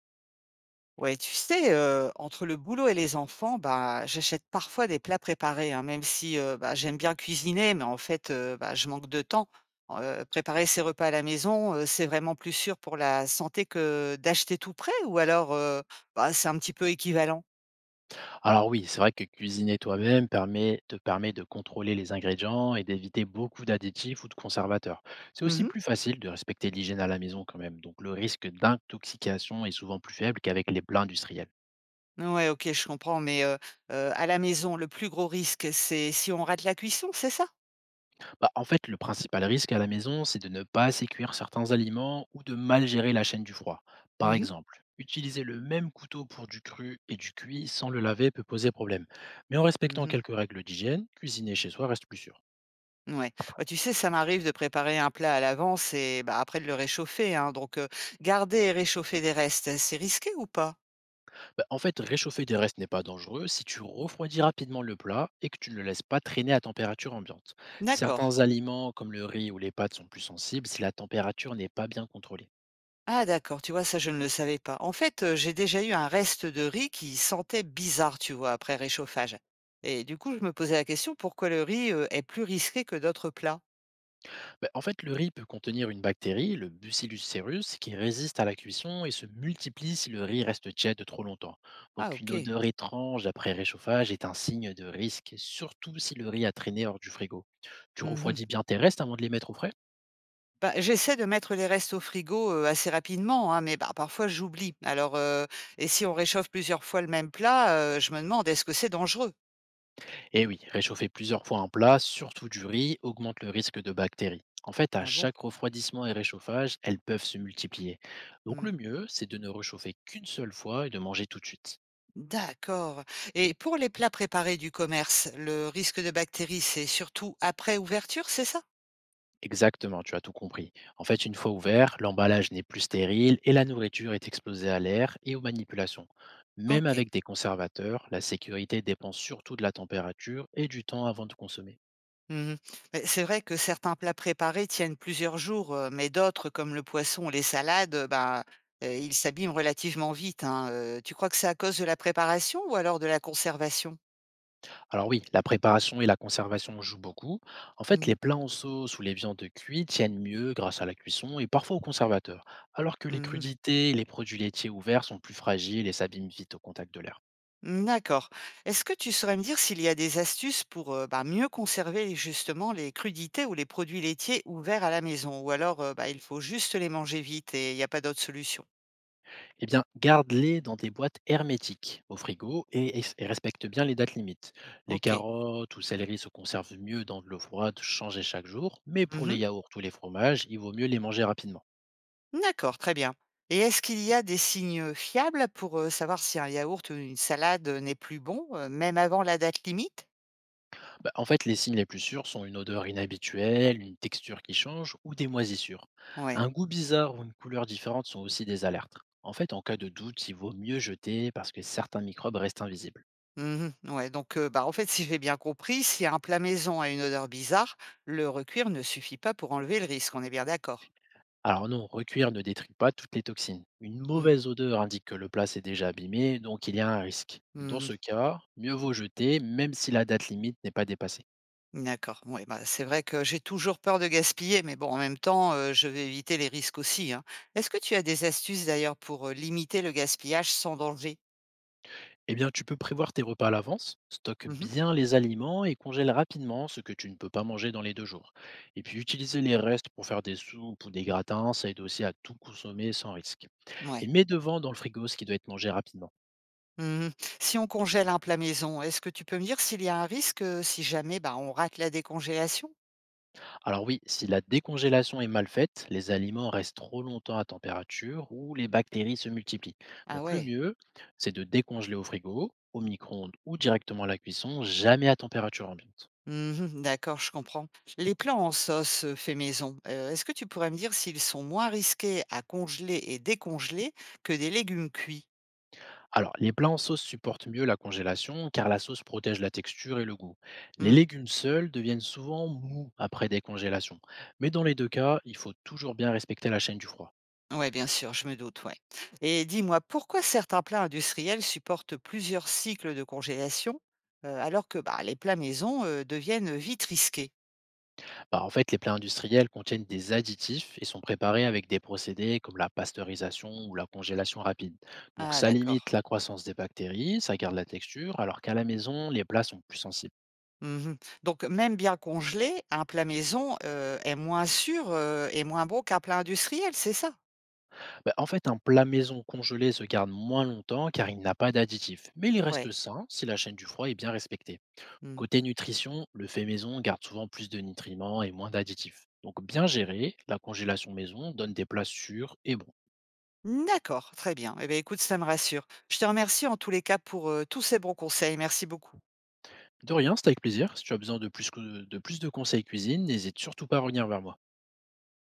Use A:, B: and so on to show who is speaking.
A: Ouais, tu sais, entre le boulot et les enfants, bah, j'achète parfois des plats préparés, hein, même si, bah, j'aime bien cuisiner, mais en fait, bah, je manque de temps. Préparer ses repas à la maison, c'est vraiment plus sûr pour la santé que d'acheter tout prêt, ou alors, bah, c'est un petit peu équivalent?
B: Alors oui, c'est vrai que cuisiner toi-même te permet de contrôler les ingrédients et d'éviter beaucoup d'additifs ou de conservateurs. C'est aussi
A: Mmh.
B: plus facile de respecter l'hygiène à la maison quand même, donc le risque d'intoxication est souvent plus faible qu'avec les plats industriels.
A: Ouais, OK, je comprends, mais à la maison, le plus gros risque, c'est si on rate la cuisson, c'est ça?
B: Bah, en fait, le principal risque à la maison, c'est de ne pas assez cuire certains aliments ou de mal gérer la chaîne du froid. Par
A: Mmh mh.
B: exemple, utiliser le même couteau pour du cru et du cuit sans le laver peut poser problème. Mais en respectant
A: Mmh.
B: quelques règles d'hygiène, cuisiner chez soi reste plus sûr.
A: Ouais. Bah, tu sais, ça m'arrive de préparer un plat à l'avance et bah, après de le réchauffer, hein. Garder et réchauffer des restes, hein, c'est risqué ou pas?
B: Bah, en fait, réchauffer des restes n'est pas dangereux si tu refroidis rapidement le plat et que tu ne le laisses pas traîner à température ambiante.
A: D'accord.
B: Certains aliments, comme le riz ou les pâtes, sont plus sensibles si la température n'est pas bien contrôlée.
A: Ah, d'accord. Tu vois, ça, je ne le savais pas. En fait, j'ai déjà eu un reste de riz qui sentait bizarre, tu vois, après réchauffage. Et du coup, je me posais la question pourquoi le riz est plus risqué que d'autres plats.
B: Bah, en fait, le riz peut contenir une bactérie, le Bucillus cereus, qui résiste à la cuisson et se multiplie si le riz reste tiède trop longtemps.
A: Ah,
B: Donc, une
A: ok.
B: odeur étrange après réchauffage est un signe de risque, surtout si le riz a traîné hors du frigo. Tu
A: Mhm.
B: refroidis bien tes restes avant de les mettre au frais.
A: Bah, j'essaie de mettre les restes au frigo assez rapidement, hein, mais bah, parfois j'oublie. Et si on réchauffe plusieurs fois le même plat, je me demande, est-ce que c'est dangereux?
B: Et oui, réchauffer plusieurs fois un plat, surtout du riz, augmente le risque de bactéries. En fait, à
A: Ah bon?
B: chaque refroidissement et réchauffage, elles peuvent se multiplier. Donc
A: Mmh.
B: le mieux, c'est de ne réchauffer qu'une seule fois et de manger tout de suite.
A: D'accord. Et pour les plats préparés du commerce, le risque de bactéries, c'est surtout après ouverture, c'est ça?
B: Exactement, tu as tout compris. En fait, une fois ouvert, l'emballage n'est plus stérile et la nourriture est exposée à l'air et aux manipulations. Même
A: OK.
B: avec des conservateurs, la sécurité dépend surtout de la température et du temps avant de consommer.
A: Mmh mh. C'est vrai que certains plats préparés tiennent plusieurs jours, mais d'autres, comme le poisson ou les salades, ben, ils s'abîment relativement vite, hein, Tu crois que c'est à cause de la préparation ou alors de la conservation?
B: Alors oui, la préparation et la conservation jouent beaucoup. En fait,
A: Mmh.
B: les plats en sauce ou les viandes cuites tiennent mieux grâce à la cuisson et parfois au conservateur, alors que les
A: Mmh.
B: crudités et les produits laitiers ouverts sont plus fragiles et s'abîment vite au contact de l'air.
A: Mmh, d'accord. Est-ce que tu saurais me dire s'il y a des astuces pour, bah, mieux conserver justement les crudités ou les produits laitiers ouverts à la maison? Ou alors, bah, il faut juste les manger vite et il n'y a pas d'autre solution?
B: Eh bien, garde-les dans des boîtes hermétiques au frigo et respecte bien les dates limites. Les
A: OK.
B: carottes ou céleri se conservent mieux dans de l'eau froide, changée chaque jour, mais pour les
A: Mmh.
B: yaourts ou les fromages, il vaut mieux les manger rapidement.
A: D'accord, très bien. Et est-ce qu'il y a des signes fiables pour, savoir si un yaourt ou une salade, n'est plus bon, même avant la date limite?
B: Bah, en fait, les signes les plus sûrs sont une odeur inhabituelle, une texture qui change ou des moisissures.
A: Ouais.
B: Un goût bizarre ou une couleur différente sont aussi des alertes. En fait, en cas de doute, il vaut mieux jeter parce que certains microbes restent invisibles.
A: Mmh. Ouais, donc, bah, en fait, si j'ai bien compris, si un plat maison a une odeur bizarre, le recuire ne suffit pas pour enlever le risque, on est bien d'accord?
B: Alors non, recueillir ne détruit pas toutes les toxines. Une
A: Mmh.
B: mauvaise odeur indique que le plat s'est déjà abîmé, donc il y a un risque. Dans
A: Mmh.
B: ce cas, mieux vaut jeter même si la date limite n'est pas dépassée.
A: D'accord. Oui, bah, c'est vrai que j'ai toujours peur de gaspiller, mais bon, en même temps, je vais éviter les risques aussi, hein. Est-ce que tu as des astuces d'ailleurs pour, limiter le gaspillage sans danger?
B: Eh bien, tu peux prévoir tes repas à l'avance, stocke
A: Mmh.
B: bien les aliments et congèle rapidement ce que tu ne peux pas manger dans les deux jours. Et puis, utiliser les restes pour faire des soupes ou des gratins, ça aide aussi à tout consommer sans risque. Et
A: Ouais.
B: mets devant dans le frigo ce qui doit être mangé rapidement.
A: Mmh. Si on congèle un plat maison, est-ce que tu peux me dire s'il y a un risque, si jamais, bah, on rate la décongélation?
B: Alors oui, si la décongélation est mal faite, les aliments restent trop longtemps à température ou les bactéries se multiplient.
A: Ah
B: Donc le
A: ouais.
B: mieux, c'est de décongeler au frigo, au micro-ondes ou directement à la cuisson, jamais à température ambiante.
A: Mmh. D'accord, je comprends. Les plats en sauce, faits maison, est-ce que tu pourrais me dire s'ils sont moins risqués à congeler et décongeler que des légumes cuits?
B: Alors, les plats en sauce supportent mieux la congélation car la sauce protège la texture et le goût. Les
A: Mmh.
B: légumes seuls deviennent souvent mous après décongélation. Mais dans les deux cas, il faut toujours bien respecter la chaîne du froid.
A: Ouais, bien sûr, je me doute, ouais. Et dis-moi, pourquoi certains plats industriels supportent plusieurs cycles de congélation, alors que bah, les plats maison deviennent vite risqués?
B: Bah, en fait, les plats industriels contiennent des additifs et sont préparés avec des procédés comme la pasteurisation ou la congélation rapide. Donc,
A: Ah,
B: ça
A: d'accord.
B: limite la croissance des bactéries, ça garde la texture, alors qu'à la maison, les plats sont plus sensibles.
A: Mhm. Donc, même bien congelé, un plat maison est moins sûr et moins bon qu'un plat industriel, c'est ça?
B: Bah, en fait, un plat maison congelé se garde moins longtemps car il n'a pas d'additifs. Mais il reste
A: Ouais.
B: sain si la chaîne du froid est bien respectée.
A: Mm.
B: Côté nutrition, le fait maison garde souvent plus de nutriments et moins d'additifs. Donc bien géré, la congélation maison donne des plats sûrs et bons.
A: D'accord, très bien. Eh bien, écoute, ça me rassure. Je te remercie en tous les cas pour tous ces bons conseils. Merci beaucoup.
B: De rien, c'est avec plaisir. Si tu as besoin de plus, de plus de conseils cuisine, n'hésite surtout pas à revenir vers moi.